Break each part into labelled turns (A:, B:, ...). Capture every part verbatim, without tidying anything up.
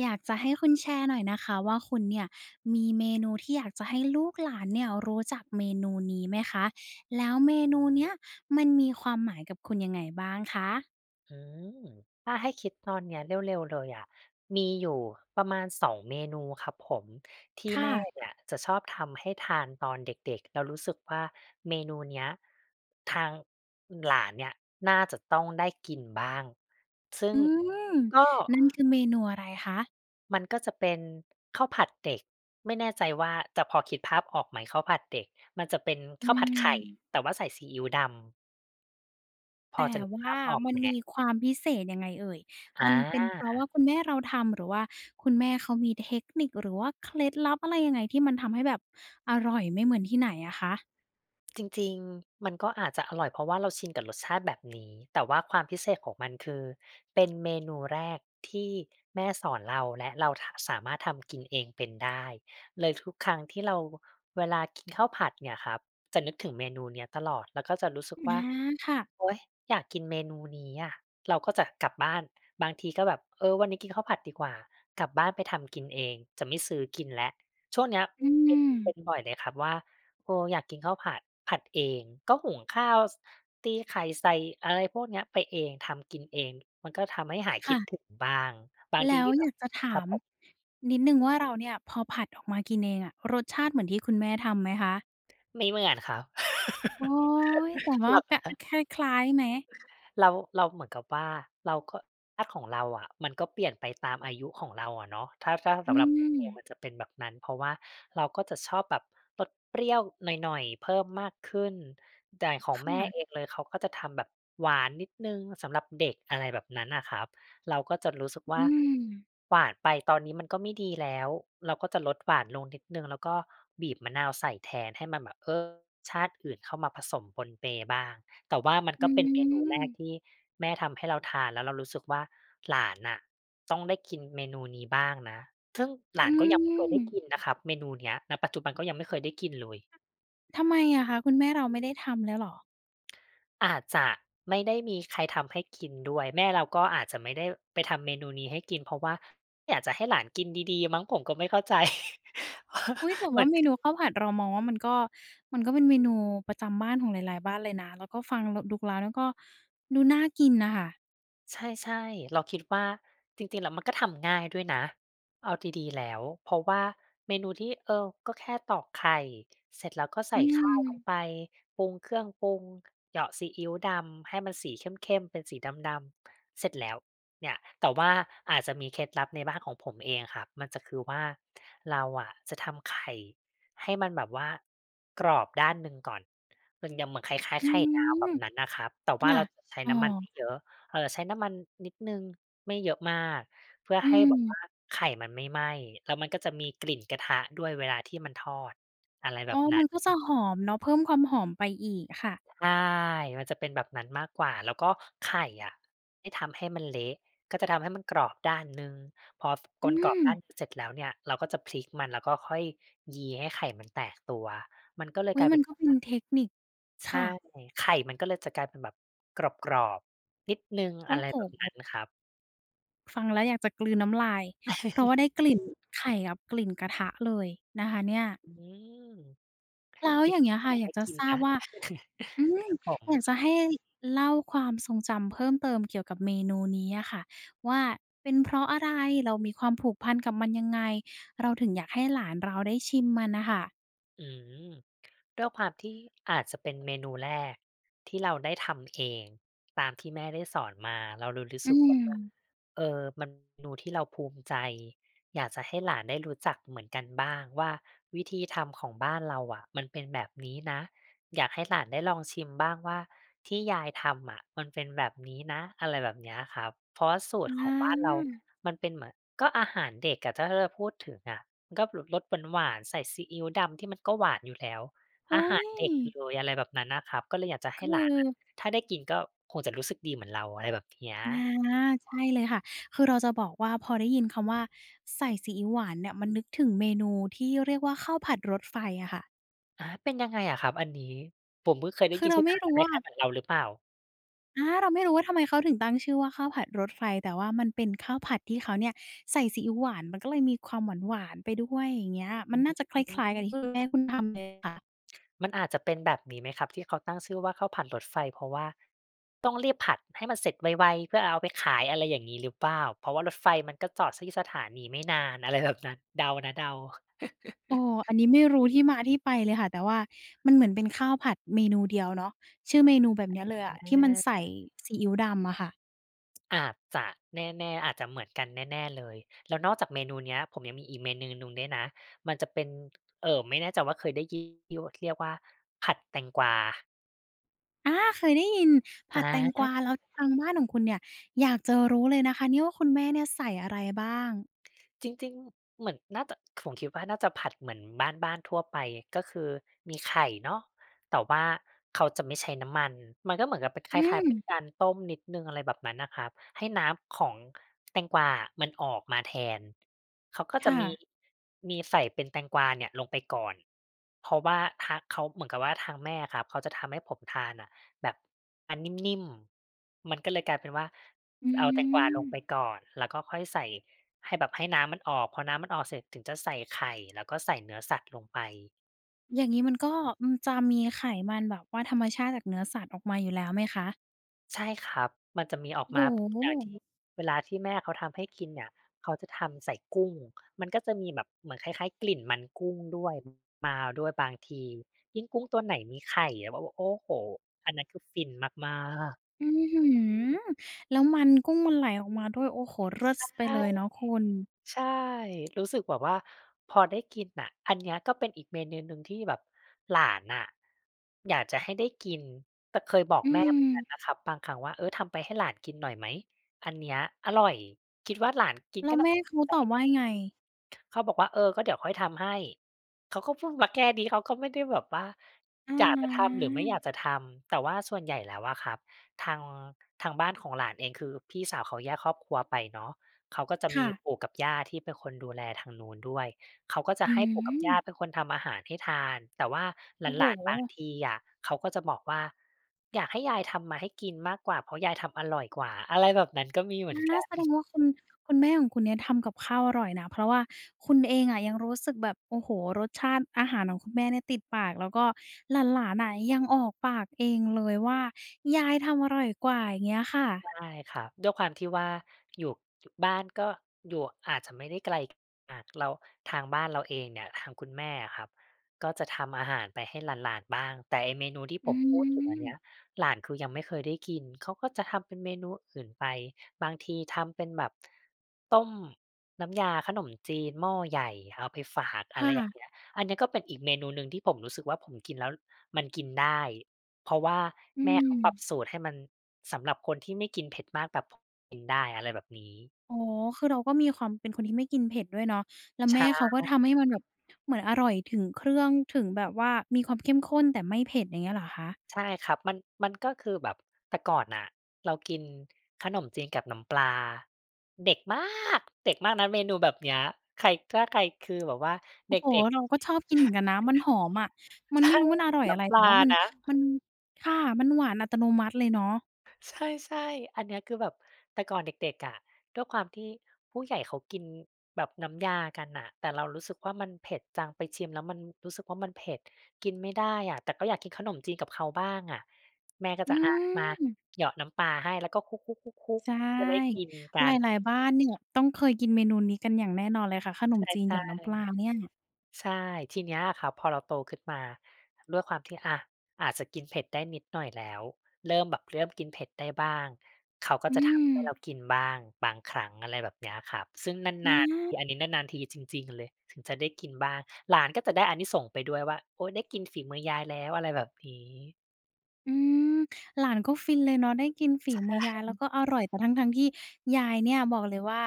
A: อยากจะให้คุณแชร์หน่อยนะคะว่าคุณเนี่ยมีเมนูที่อยากจะให้ลูกหลานเนี่ยรู้จักเมนูนี้ไหมคะแล้วเมนูเนี้ยมันมีความหมายกับคุณยังไงบ้างคะ
B: อืมถ้าให้คิดตอนเนี้ยเร็วๆเลยอะมีอยู่ประมาณสองเมนูครับผมที่
A: ค่ะ
B: แม่เนี่ยจะชอบทำให้ทานตอนเด็กๆแล้วรู้สึกว่าเมนูเนี้ยทางหลานเนี่ยน่าจะต้องได้กินบ้างซึ่ง
A: อืม
B: ก็
A: นั่นคือเมนูอะไรคะ
B: มันก็จะเป็นข้าวผัดเด็กไม่แน่ใจว่าจะพอคิดภาพออกไหมข้าวผัดเด็กมันจะเป็น
A: อื
B: ข้าวผัดไข่
A: ม
B: แต่ว่าใส่ซีอิ๊วดำพอ
A: แต่
B: จะนึก
A: ว่า
B: ภาพออก
A: มัน
B: ไหม
A: มีความพิเศษยังไงเอ่ย
B: อ
A: มันเป็นเพราะ
B: า
A: ว่าคุณแม่เราทำหรือว่าคุณแม่เขามีเทคนิคหรือว่าเคล็ดลับอะไรยังไงที่มันทำให้แบบอร่อยไม่เหมือนที่ไหนอะคะ
B: จริงๆมันก็อาจจะอร่อยเพราะว่าเราชินกับรสชาติแบบนี้แต่ว่าความพิเศษของมันคือเป็นเมนูแรกที่แม่สอนเราและเราทสามารถทำกินเองเป็นได้เลยทุกครั้งที่เราเวลากินข้าวผัดเนี่ยครับจะนึกถึงเมนูเนี้ยตลอดแล้วก็จะรู้สึก
A: อา
B: ว่า
A: ค่ะ
B: โอ๊ยอยากกินเมนูนี้อะเราก็จะกลับบ้านบางทีก็แบบเออวันนี้กินข้าวผัดดีกว่ากลับบ้านไปทำกินเองจะไม่ซื้อกินแล้วช่วงเนี้ย
A: อื
B: เป็น
A: ม
B: เป็นบ่อยเลยครับว่า โอ้อยากกินข้าวผัดผัดเองก็หุงข้าวสตีไข่ใส่อะไรพวกเนี้ยไปเองทำกินเองมันก็ทำให้หายคิดถึง
A: ค่ะ
B: บ้างบางที
A: แล้ว
B: ที่
A: อ
B: แบ
A: ยา
B: บ
A: กจะ
B: ค
A: ถา
B: รับ
A: ม
B: ผม
A: นิดหนึ่งว่าเราเนี่ยพอผัดออกมากินเองอะรสชาติเหมือนที่คุณแม่ทำไหมคะ
B: ไม่เหมือนครับ
A: โอ๊ยแต่ว่า
B: เรา
A: กอ
B: ก็
A: คล้ายๆไหม
B: เราเราเหมือนกับว่าเราก็ภาพของเราอะมันก็เปลี่ยนไปตามอายุของเราอะเนาะถ้าถ้า
A: อื
B: สำหรับผม
A: ม
B: เองมันจะเป็นแบบนั้นเพราะว่าเราก็จะชอบแบบรสเปรี้ยวหน่อยๆเพิ่มมากขึ้นแต่ขอ
A: ค
B: งแม่เอง
A: ่ะ
B: เลยเขาก็จะทำแบบหวานนิดหนึ่งสำหรับเด็กอะไรแบบนั้นน่ะครับเราก็จะรู้สึก
A: อื
B: ว่า
A: ม
B: หวานไปตอนนี้มันก็ไม่ดีแล้วเราก็จะลดหวานลงนิดหนึ่งแล้วก็บีบมะนาวใส่แทนให้มันแบบเออรสชาติอื่นเข้ามาผสมปนเปบ้าง แต่ว่ามัน
A: อื
B: ก็เป็นเมนูแร
A: ม
B: กที่แม่ทำให้เราทานแล้วเรารู้สึกว่าหลานน่ะต้องได้กินเมนูนี้บ้างนะซึ่งหลา
A: อื
B: นก็ยังไม่เคยได้กิน
A: ม
B: นะครับเมนูเนี้ยณปัจจุบันก็ยังไม่เคยได้กินเลย
A: ทำไมอะคะคุณแม่เราไม่ได้ทำแล้วเหรอ
B: อาจจะไม่ได้มีใครทำให้กินด้วยแม่เราก็อาจจะไม่ได้ไปทำเมนูนี้ให้กินเพราะว่าอยากจะให้หลานกินดีๆมั้งผมก็ไม่เข้าใจ
A: อุ๊ยแต่
B: เหมื
A: ว่า
B: อน
A: เมนูข้าวผัดเรามองว่ามันก็มันก็เป็นเมนูประจำบ้านของหลายๆบ้านเลยนะแล้วก็ฟังลดูแล้วเนี่ยก็ดูน่ากินน่ะค่ะ
B: ใช่ๆเราคิดว่าจริงๆแล้วมันก็ทำง่ายด้วยนะเอาดีๆแล้วเพราะว่าเมนูที่เออก็แค่ตอกไข่เสร็จแล้วก็
A: อื
B: ใส่ข้าวลงไป
A: ม
B: ปรุงเครื่องปรุงเหยาะซีอิ๊วดำให้มันสีเข้มๆเป็นสีดำๆเสร็จแล้วเนี่ยแต่ว่าอาจจะมีเคล็ดลับในบ้านของผมเองครับมันจะคือว่าเราอะจะทำไข่ให้มันแบบว่ากรอบด้านหนึ่งก่อนมันยังเหมือนคล้าย
A: อื
B: ๆไข่ดาวแบ
A: มค
B: บนั้นน่ะครับแต่ว่า
A: ค่ะ
B: เราจะใช้
A: อ๋อ
B: น้ำมันไม่เยอะ เอ่อใช้น้ำมันนิดหนึ่งไม่เยอะมากเพื่อ
A: อื
B: ให้
A: ม
B: แบบว่าไข่มันไม่ไหม้แล้วมันก็จะมีกลิ่นกระทะด้วยเวลาที่มันทอดอะไรแบ
A: อ๋อ
B: บนั้
A: มันก็
B: น
A: จะหอมเนาะเพิ่มความหอมไปอีกค่ะ
B: ใช่มันจะเป็นแบบนั้นมากกว่าแล้วก็ไข่อะไม่ทำให้มันเละก็จะทำให้มันกรอบด้านหนึ่งพอฟม
A: อื
B: นกรอบ
A: ม
B: ด้านเสร็จแล้วเนี่ยเราก็จะพลิกมันแล้วก็ค่อยยีให้ไข่มันแตกตัวมันก็เลยก
A: อุ๊ย
B: ลาย
A: มั
B: เป็
A: น
B: น
A: ก็เป็น
B: ว่า
A: เทคนิค
B: ใช่
A: ค่ะ
B: ไข่มันก็เลยจะกลายเป็นแบบกรอบๆนิดหนึ่งอะ
A: โอ้
B: ไรแบบ
A: โฮ
B: นั้นครับ
A: ฟังแล้วอยากจะกลืนน้ำลายเพราะว่าได้กลิ่นไข่กับกลิ่นกระทะเลยนะคะเนี่ย
B: อืม
A: แล้ว
B: จ
A: อย่าง
B: ริ
A: เงี้
B: ง
A: ย
B: ๆก็
A: ค่ะ
B: อยา
A: อ
B: ก
A: ยาก
B: ให้
A: จะ
B: กิน
A: ทราบ
B: นะ
A: ว่าอืม
B: ครับผม
A: อยากจะให้เล่าความทรงจำเพิ่มเติมเกี่ยวกับเมนูนี้อะค่ะว่าเป็นเพราะอะไรเรามีความผูกพันกับมันยังไงเราถึงอยากให้หลานเราได้ชิมมันน่ะค่ะ
B: อืม ด้วยความที่อาจจะเป็นเมนูแรกที่เราได้ทำเองตามที่แม่ได้สอนมาเราเลยรู้
A: อื
B: สึกว่า
A: ม
B: เออมันเมนูที่เราภูมิใจอยากจะให้หลานได้รู้จักเหมือนกันบ้างว่าวิธีทำของบ้านเราอะมันเป็นแบบนี้นะอยากให้หลานได้ลองชิมบ้างว่าที่ยายทำอะมันเป็นแบบนี้นะอะไรแบบเนี้ยครับเพราะว่าสู
A: อ
B: ตรของบ้านเรา
A: า
B: มันเป็นเหมือนก็อาหารเด็กอะถ้าเราพูดถึงอะมันก็รสหวานๆใส่ซีอิ๊วดำที่มันก็หวานอยู่แล้ว อา
A: อุ๊
B: หา
A: ย
B: รเด็กเลยอะไรแบบนั้นนะครับก็เลยอยากจะให้
A: คื
B: หลานอะ
A: อ
B: ถ้าได้กินก็คงจะรู้สึกดีเหมือนเราอะไรแบบเนี้ย
A: อาใช่เลยค่ะคือเราจะบอกว่าพอได้ยินคำว่าใส่ซีอิ๊วหวานเนี่ยมันนึกถึงเมนูที่เรียกว่าข้าวผัดรถไฟอะค่ะ
B: อาเป็นยังไงอะครับอันนี้ผมเพิ่งเคยได้
A: คือ
B: ยิน
A: เรา
B: ชื่อ
A: ไม่
B: อาจจะ
A: รู้
B: ค
A: ว่า
B: ล้ายๆเหมือนเราหรือเปล่า
A: อาเราไม่รู้ว่าทำไมเขาถึงตั้งชื่อว่าข้าวผัดรถไฟแต่ว่ามันเป็นข้าวผัดที่เขาเนี่ยใส่ซีอิ๊วหวานมันก็เลยมีความหวานๆไปด้วยอย่างเงี้ยมันน่าจะคล
B: อื
A: ้ายๆกับที่
B: ม
A: คุณแม่คุณทำเลยค่ะ
B: มันอาจจะเป็นแบบนี้ไหมครับที่เขาตั้งชื่อว่าข้าวผัดรถไฟเพราะว่าต้องรีบผัดให้มันเสร็จไวๆเพื่อเอาไปขายอะไรอย่างงี้หรือเปล่าเพราะว่ารถไฟมันก็จอดที่สถานีไม่นานอะไรแบบนั้นเดานะเดา
A: เอออันนี้ไม่รู้ที่มาที่ไปเลยค่ะแต่ว่ามันเหมือนเป็นข้าวผัดเมนูเดียวเนาะชื่อเมนูแบบเนี้ยเลยอะที่มัน
B: อา
A: ใส่ซีอิ๊วดำอะค่ะ
B: อาจจะแน่ๆอาจจะเหมือนกันแน่ๆเลยแล้วนอกจากเมนูเนี้ยผมยังมีอีกเมนูหนึ่งด้วยนะมันจะเป็นเอ่อไม่แน่ใจว่าเคยได้ยินที่วเรียกว่าผัดแตงกวา
A: อาเคยได้ยิน
B: อ
A: ผัดแตงกวา
B: า
A: แล้วทางบ้านของคุณเนี่ยอยากจะรู้เลยนะคะเนี่ยว่าคุณแม่เนี่ยใส่อะไรบ้าง
B: จริงๆเหมือนน่าจะผมคิดว่าน่าจะผัดเหมือนบ้านๆทั่วไปก็คือมีไข่เนาะแต่ว่าเขาจะไม่ใช้น้ำมันมันก็เหมือนกับเป็นค
A: อื
B: ล้าย
A: ม
B: ๆเป็นการต้มนิดหนึ่งอะไรแบบนั้นน่ะครับให้น้ำของแตงกวาอะมันออกมาแทนเขาก็จะ
A: ค่ะ
B: มีมีใส่เป็นแตงกวาเนี่ยลงไปก่อนเพราะว่าทางเขาเหมือนกับว่าทางแม่อะครับเขาจะทำให้ผมทานน่ะแบบอันนิ่มๆมันก็เลยกลายเป็นว่า
A: อื
B: เอาแตงกวา
A: ม
B: ลงไปก่อนแล้วก็ค่อยใส่ ให้แบบให้น้ำมันออกพอน้ำมันออกเสร็จถึงจะใส่ไข่แล้วก็ใส่เนื้อสัตว์ลงไป
A: อย่างงี้มันก็อืมจะมีไขมันแบบว่าธรรมชาติจากเนื้อสัตว์ออกมาอยู่แล้วไหมคะ
B: ใช่ครับมันจะมีออกมา
A: โอ้โฮ
B: จากที่เวลาที่แม่เขาทำให้กินเนี่ยเขาจะทำใส่กุ้งมันก็จะมีแบบเหมือนคล้ายๆกลิ่นมันกุ้งด้วยมาด้วยบางทียิ่งกุ้งตัวไหนมีไข่เราแบบว่าโอ้โฮอันนั้นคือฟินมากๆ
A: อื้อฮือแล้วมันกุ้งมันไหลออกมาด้วยโอ้โฮเลิศไปเลยเนาะ
B: ใช่
A: คุณ
B: ใช่ รู้สึกแบบว่าพอได้กินน่ะ อันเนี้ยก็เป็นอีกเมนูหนึ่งที่แบบหลานน่ะอยากจะให้ได้กิน แต่เคยบอก
A: อื
B: แม่เหมือนกันนะ
A: ม
B: ครับบางครั้งว่าเออทำไปให้หลานกินหน่อยไหม อันเนี้ยอร่อยคิดว่าหลานกิน
A: แล้
B: ก็
A: วแม่
B: น่าะ
A: เขาตอบว่ายังไง
B: เขาบอกว่าเออก็เดี๋ยวค่อยทำให้ เขาก็พูดมาแค่นี้เขาก็ไม่ได้แบบว่าอยากจะ
A: อะ
B: ทำหรือไม่อยากจะทำ แต่ว่าส่วนใหญ่แล้วอะครับทางทางบ้านของหลานเองคือพี่สาวเขาแยกครอบครัวไปเนาะเขาก็จะมี
A: ค่ะ
B: ปู่กับย่าที่เป็นคนดูแลทางนู้นด้วยเขาก็จะ
A: อื
B: ให้ปู่กับ
A: ม
B: ย่าเป็นคนทำอาหารให้ทานแต่ว่าหล
A: โอ้โฮ
B: านๆบางทีอะเขาก็จะบอกว่าอยากให้ยายทำมาให้กินมากกว่าเพราะยายทำอร่อยกว่าอะไรแบบนั้นก็มีเหมือนกั
A: อา
B: น
A: แสดงว่าคุณคุณแม่ของคุณเนี่ยทำกับข้าวอร่อยนะเพราะว่าคุณเองอะยังรู้สึกแบบโอ้โฮรสชาติอาหารของคุณแม่เนี่ยติดปากแล้วก็หลานๆน่ะยังออกปากเองเลยว่ายายทำอร่อยกว่าอย่างเงี้ยค่ะ
B: ใช่ครับด้วยความที่ว่าอยู่อยู่บ้านก็อยู่อาจจะไม่ได้ไกลมากเราทางบ้านเราเองเนี่ยทางคุณแม่อะครับก็จะทำอาหารไปให้หลานๆบ้างแต่ไอ้เมนูที่ผ
A: อื
B: มพูดถึงอันเนี้ย
A: ม
B: หลานคือยังไม่เคยได้กินเขาก็จะทำเป็นเมนูอื่นไปบางทีทำเป็นแบบต้มน้ำยาขนมจีนหม้อใหญ่เอาไปฝากอะไรอย่างเงี้
A: ค่ะ
B: ยอันเนี้ยก็เป็นอีกเมนูหนึ่งที่ผมรู้สึกว่าผมกินแล้วมันกินได้ เพราะว่า
A: อื
B: แม่เขา
A: ม
B: ปรับสูตรให้มันสำหรับคนที่ไม่กินเผ็ดมากแบบผมกินได้อะไรแบบนี้
A: อ๋อคือเราก็มีความเป็นคนที่ไม่กินเผ็ดด้วยเนาะแล้วแม่เขา
B: ใช่
A: ก็ทำให้มันแบบเหมือนอร่อยถึงเครื่องถึงแบบว่ามีความเข้มข้นแต่ไม่เผ็ดอย่างเงี้ยเหรอคะ
B: ใช่ครับมันมันก็คือแบบแต่ก่อนน่ะเรากินขนมจีนกับน้ำปลาเด็กมากเด็กมากนะเมนูแบบเนี้ยใครถ้าใครคือแบบว่า
A: โอ้
B: เด
A: โฮ
B: ็กๆ
A: เราก็ชอบกินเหมือนกันนะ มันหอมอะมันไม่รู้มันอร่อยอะไร
B: น้ำป
A: แต่
B: ลา
A: ว่ามัน
B: นะ
A: มันค่ะมันหวานอัตโนมัติเลยเนาะ
B: ใช่ๆอันเนี้ยคือแบบแต่ก่อนเด็กๆอะด้วยความที่ผู้ใหญ่เขากินแบบน้ำยากันน่ะแต่เรารู้สึกว่ามันเผ็ดจังไปชิมแล้วมันรู้สึกว่ามันเผ็ดกินไม่ได้อะแต่ก็อยากกินขนมจีนกับเขาบ้างอะแม่ก็
A: อื
B: จะอามา
A: ม
B: เหยาะน้ำปลาให้แล้วก็คลุก
A: ใช
B: ๆๆๆจะได้
A: ่
B: กินกั
A: ห
B: น
A: ลายๆบ้านเนี่ยต้องเคยกินเมนูนี้กันอย่างแน่นอนเลยค่ะขน
B: ใ
A: มจีนหย
B: ช่
A: อดน้ำป
B: ๆ
A: ลาเนี่ย
B: ใช่ทีเนี้ยอะครับพอเราโตขึ้นมาด้วยความที่อะอาจจะกินเผ็ดได้นิดหน่อยแล้วเริ่มแบบเริ่มกินเผ็ดได้บ้างเขาก็
A: อื
B: จะทำ
A: ม
B: ให้เรากินบ้างบางครั้งอะไรแบบเนี้ยครับซึ่ง
A: อา
B: นานๆทีอันนี้นานๆทีจริงๆเลยถึงจะได้กินบ้างหลานก็จะได้อานิสงส์ไปด้วยว่าโอ๊ยได้กินฝีมือยายแล้วอะไรแบบนี้
A: อืมหลานก็ฟินเลยเนาะได้กินฝีมือยายแล้วก็อร่อยแต่ทั้งๆที่ยายเนี่ยบอกเลยว่า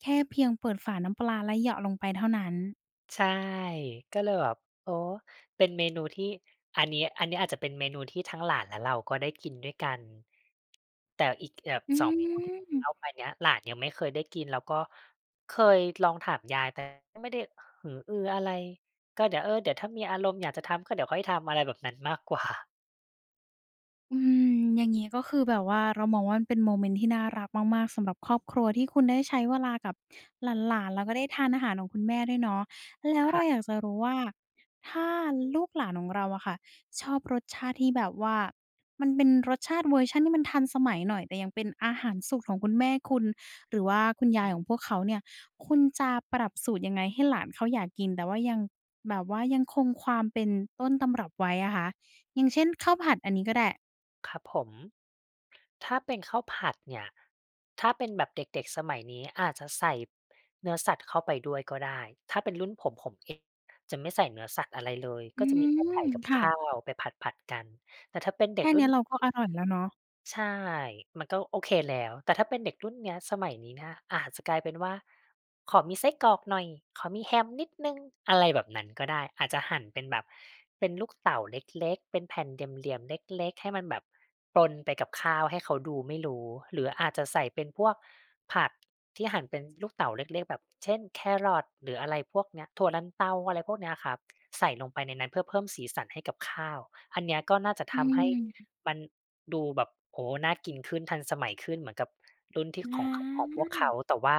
A: แค่เพียงเปิดฝาน้ำปลาแล้วเหยาะลงไปเท่านั้น
B: ใช่ก็เลยแบบโอ้เป็นเมนูที่อันนี้อันนี้อาจจะเป็นเมนูที่ทั้งหลานและเราก็ได้กินด้วยกันแต่อีกแบบ
A: อื
B: สองเมนูที่
A: ม
B: เล่าไปเนี้ยหลานยังไม่เคยได้กินแล้วก็เคยลองถามยายแต่ก็ไม่ได้หืออืออะไรก็เดี๋ยวเออเดี๋ยวถ้ามีอารมณ์อยากจะทำก็เดี๋ยวค่อยทำอะไรแบบนั้นมากกว่า
A: อืมอย่างงี้ก็คือแบบว่าเรามองว่ามันเป็นโมเมนต์ที่น่ารักมากๆสำหรับครอบครัวที่คุณได้ใช้เวลากับหลานๆแล้วก็ได้ทานอาหารของคุณแม่ด้วยเนาะแล้ว
B: ค่ะ
A: เราอยากจะรู้ว่าถ้าลูกหลานของเราอะค่ะชอบรสชาติที่แบบว่ามันเป็นรสชาติเวอร์ชันที่มันทันสมัยหน่อยแต่ยังเป็นอาหารสูตรของคุณแม่คุณหรือว่าคุณยายของพวกเขาเนี่ยคุณจะปรับสูตรยังไงให้หลานเขาอยากกินแต่ว่ายังแบบว่ายังคงความเป็นต้นตำรับไว้อะคะอย่างเช่นข้าวผัดอันนี้ก็ได้
B: ครับผม ถ้าเป็นข้าวผัดเนี่ยถ้าเป็นแบบเด็กๆสมัยนี้อาจจะใส่เนื้อสัตว์เข้าไปด้วยก็ได้ถ้าเป็นรุ่นผมผมเองจะไม่ใส่เนื้อสัตว์อะไรเลย
A: อื
B: ก็จะมีแค่ไข่
A: ม
B: กับ
A: ค่ะ
B: ข้าวไปผัดๆกันแต่ถ้าเป็นเด็ก
A: แค่
B: รุ่
A: เนี้
B: น
A: ยเราก็อร่อยแล้วเนาะ
B: ใช่มันก็โอเคแล้ว แต่ถ้าเป็นเด็กรุ่นเนี้ยสมัยนี้นะอาจจะกลายเป็นว่าขอมีไส้กรอกหน่อยขอมีแฮมนิดหนึ่งอะไรแบบนั้นก็ได้อาจจะหั่นเป็นแบบเป็นลูกเต๋าเล็กๆเป็นแผ่นเหลี่ยมๆเล็กๆให้มันแบบปนไปกับข้าวให้เขาดูไม่รู้หรืออาจจะใส่เป็นพวกผักที่หั่นเป็นลูกเต๋าเล็กๆแบบเช่นแครอทหรืออะไรพวกเนี้ยถั่วลันเตาอะไรพวกเนี้ยครับใส่ลงไปในนั้นเพื่อเพิ่มสีสันให้กับข้าวอันเนี้ยก็น่าจะ
A: อื
B: ทำให้
A: ม
B: มันดูแบบโอ้โฮน่ากินขึ้นทันสมัยขึ้นเหมือนกับรุ่นที่
A: อ
B: ของขของพวก
A: า
B: เขาแต่ว่า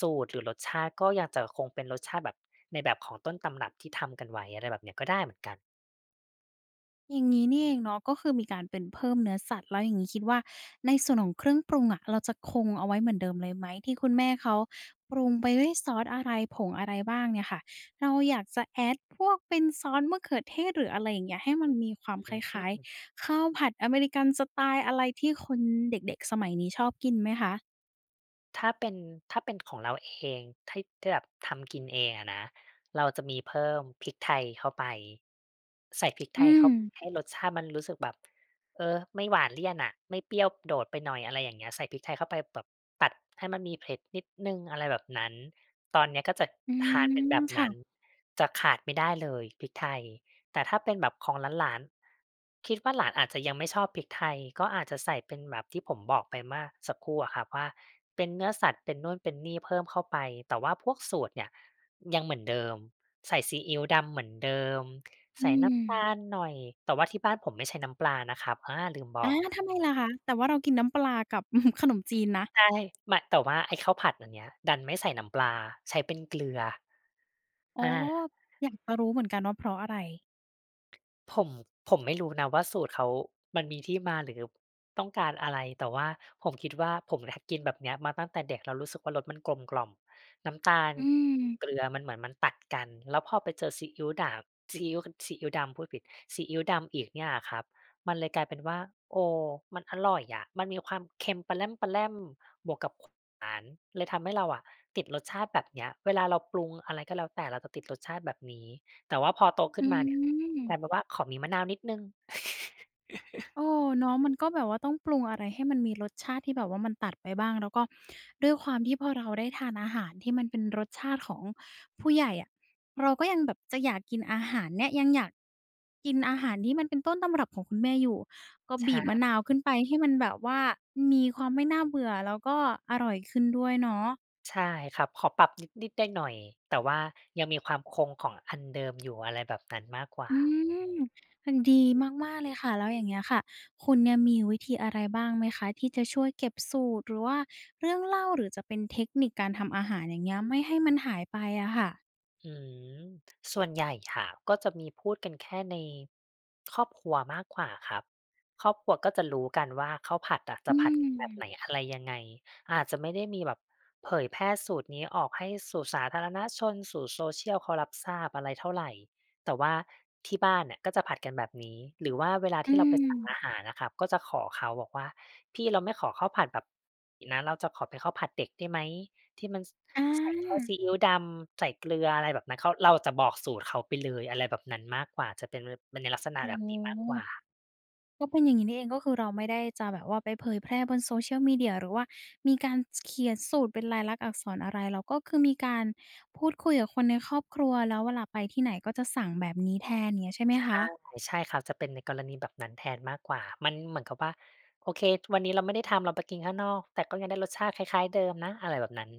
B: สูตรหรือรสชาติก็ยังจะคงเป็นรสชาติแบบในแบบของต้นตำรับที่ทำกันไว้อะไรแบบเนี้ยก็ได้เหมือนกัน
A: อย่างงี้นี่เองเนาะก็คือมีการเป็นเพิ่มเนื้อสัตว์แล้วอย่างงี้คิดว่าในส่วนของเครื่องปรุงอะเราจะคงเอาไว้เหมือนเดิมเลยไหมที่คุณแม่เขาปรุงไปด้วยซอสอะไรผงอะไรบ้างเนี่ยค่ะเราอยากจะแอดพวกเป็นซอสมะเขือเทศหรืออะไรอย่างเงี้ยให้มันมีความ
B: อ
A: คล
B: ืม
A: ้ายๆข้าวผัดอเมริกันสไตล์อะไรที่คนเด็กๆสมัยนี้ชอบกินไหมคะ
B: ถ้าเป็นถ้าเป็นของเราเองที่ที่แบบทำกินเองอะนะเราจะมีเพิ่มพริกไทยเข้าไปใส่พริกไท
A: อื
B: ย
A: ม
B: เข้าไปให้รสชาติมันรู้สึกแบบเออไม่หวานเลี่ยนอะไม่เปรี้ยวโดดไปหน่อยอะไรอย่างเงี้ยใส่พริกไทยเข้าไปแบบตัดให้มันมีเผ็ดนิดหนึ่งอะไรแบบนั้นตอนเนี้ยก็จะ
A: อื
B: ทาน
A: ม
B: เป็นแบบนั้น
A: ค่ะ
B: จะขาดไม่ได้เลยพริกไทย แต่ถ้าเป็นแบบของหลานๆคิดว่าหลานอาจจะยังไม่ชอบพริกไทยก็อาจจะใส่เป็นแบบที่ผมบอกไปเมื่อสักครู่อะครับว่าเป็นเนื้อสัตว์เป็นนู่นเป็นนี่เพิ่มเข้าไปแต่ว่าพวกสูตรเนี่ยยังเหมือนเดิมใส่ซีอิ๊วดำเหมือนเดิม
A: อื
B: ใส่
A: ม
B: น้ำตาลหน่อยแต่ว่าที่บ้านผมไม่ใช้น้ำปลานะครับอาลืมบอ
A: อา
B: ก
A: ทำไมล่ะคะแต่ว่าเรากินน้ำปลากับ ขนมจีนนะ
B: ใช่มแต่ว่าไอ้ข้าวผัดอันเนี้ยดันไม่ใส่น้ำปลาใช้เป็นเกลือ
A: อ๋อ
B: อา
A: อยากจะรู้เหมือนกันว่าเพราะอะไร
B: ผมผมไม่รู้นะว่าสูตรเขามันมีที่มาหรือต้องการอะไร แต่ว่าผมคิดว่าผมเนี่ยกินแบบเนี้ยมาตั้งแต่เด็กแล้วรู้สึกว่ารสมันกลมกล่อมน้ำตาล
A: อื
B: เกลื
A: ม
B: อมันเหมือนมันตัดกันแล้วพอไปเจอซีอิ๊วด่างซีอิ๊วซีอิ๊วดำพูดผิดซีอิ๊วดำอีกเนี่ยอะครับมันเลยกลายเป็นว่าโอ้มันอร่อยอะมันมีความเค็มปะแล่มๆบวกกับหวานเลยทำให้เราอะติดรสชาติแบบเนี้ยเวลาเราปรุงอะไรก็แล้วแต่เราจะติดรสชาติแบบนี้แต่ว่าพอโต
A: อื
B: ขึ้นมาเนี่ย แต่แบ
A: ม
B: บว่าขอมีมะนาวนิดหนึ่ง
A: เออเนาะมันก็แบบว่าต้องปรุงอะไรให้มันมีรสชาติที่แบบว่ามันตัดไปบ้าง แล้วก็ด้วยความที่พอเราได้ทานอาหารที่มันเป็นรสชาติของผู้ใหญ่อะเราก็ยังแบบจะอยากกินอาหารเนี่ยยังอยากกินอาหารที่มันเป็นต้นตำรับของคุณแม่อยู่ ก็บีบมะ
B: ใช่
A: นาวขึ้นไปให้มันแบบว่ามีความไม่น่าเบื่อแล้วก็อร่อยขึ้นด้วยเนาะ
B: ใช่ครับ ขอปรับนิดๆหน่อยๆแต่ว่ายังมีความคงของอันเดิมอยู่อะไรแบบนั้นมากกว่า
A: อืมมันดีมากๆเลยค่ะแล้วอย่างเงี้ยค่ะคุณเนี่ยมีวิธีอะไรบ้างไหมคะที่จะช่วยเก็บสูตรหรือว่าเรื่องเล่าหรือจะเป็นเทคนิคการทำอาหารอย่างเงี้ยไม่ให้มันหายไปอะค่ะ
B: อืมส่วนใหญ่ค่ะก็จะมีพูดกันแค่ในครอบครัวมากกว่าครับครอบครัวก็จะรู้กันว่าข้าวผัดอะจะ
A: อื
B: ผัดกันแบบไหน
A: ม
B: อะไรยังไงอาจจะไม่ได้มีแบบเผยแพร่สูตรนี้ออกให้สู่สาธารณชนสู่โซ o ชียลเขารับทราบอะไรเท่าไหร่แต่ว่าที่บ้านเนี่ยก็จะผัดกันแบบนี้หรือว่าเวลา
A: อื
B: ที่เราไปสั่งอา
A: ม
B: หารนะครับก็จะขอเขาบอกว่าพี่เราไม่ขอข้าวผัดแบบนนะเราจะขอเป็นข้าวผัดเด็กได้ไหม ที่มันส
A: อ
B: ใส่แค่
A: า
B: ซีอิ๊วดำใส่เกลืออะไรแบบนั้นเขาเราจะบอกสูตรเขาไปเลยอะไรแบบนั้นมากกว่าจะเป็นลเป็นในลักษณะ
A: โอ้
B: แบ
A: โ
B: บนี้มากกว่า
A: ฮก็เป็นอย่างงี้นี่เองก็คือเราไม่ได้จะแบบว่าไปเผยแพร่บน โซเชียล มีเดีย หรือว่ามีการสเขียนสูตรเป็นลายลักษณ์อักษรอะไรเราก็คือมีการพูดคุยกับคนในครอบครัวแล้วเวลาไปที่ไหนก็จะสั่งแบบนี้แทนอย่างเงี้ยใช่ไหม
B: ใช่
A: คะ
B: ใช่ครับจะเป็นในกรณีแบบนั้นแทนมากกว่ามันเหมือนกับว่าโอเควันนี้เราไม่ได้ทำเราไปกินข้างนอกแต่ก็ยังได้รสชาติคล้ายๆเดิมนะอะไรแบบนั้น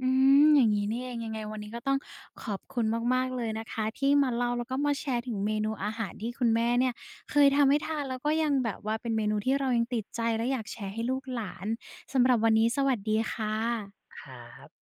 A: อืมอย่างนี้นี่เองยังไงวันนี้ก็ต้องขอบคุณมากๆเลยนะคะที่มาเล่าแล้วก็มาแชร์ถึงเมนูอาหารที่คุณแม่เนี่ยเคยทำให้ทานแล้วก็ยังแบบว่าเป็นเมนูที่เรายังติดใจและอยากแชร์ให้ลูกหลานสำหรับวันนี้สวัสดีค่ะ
B: ครับ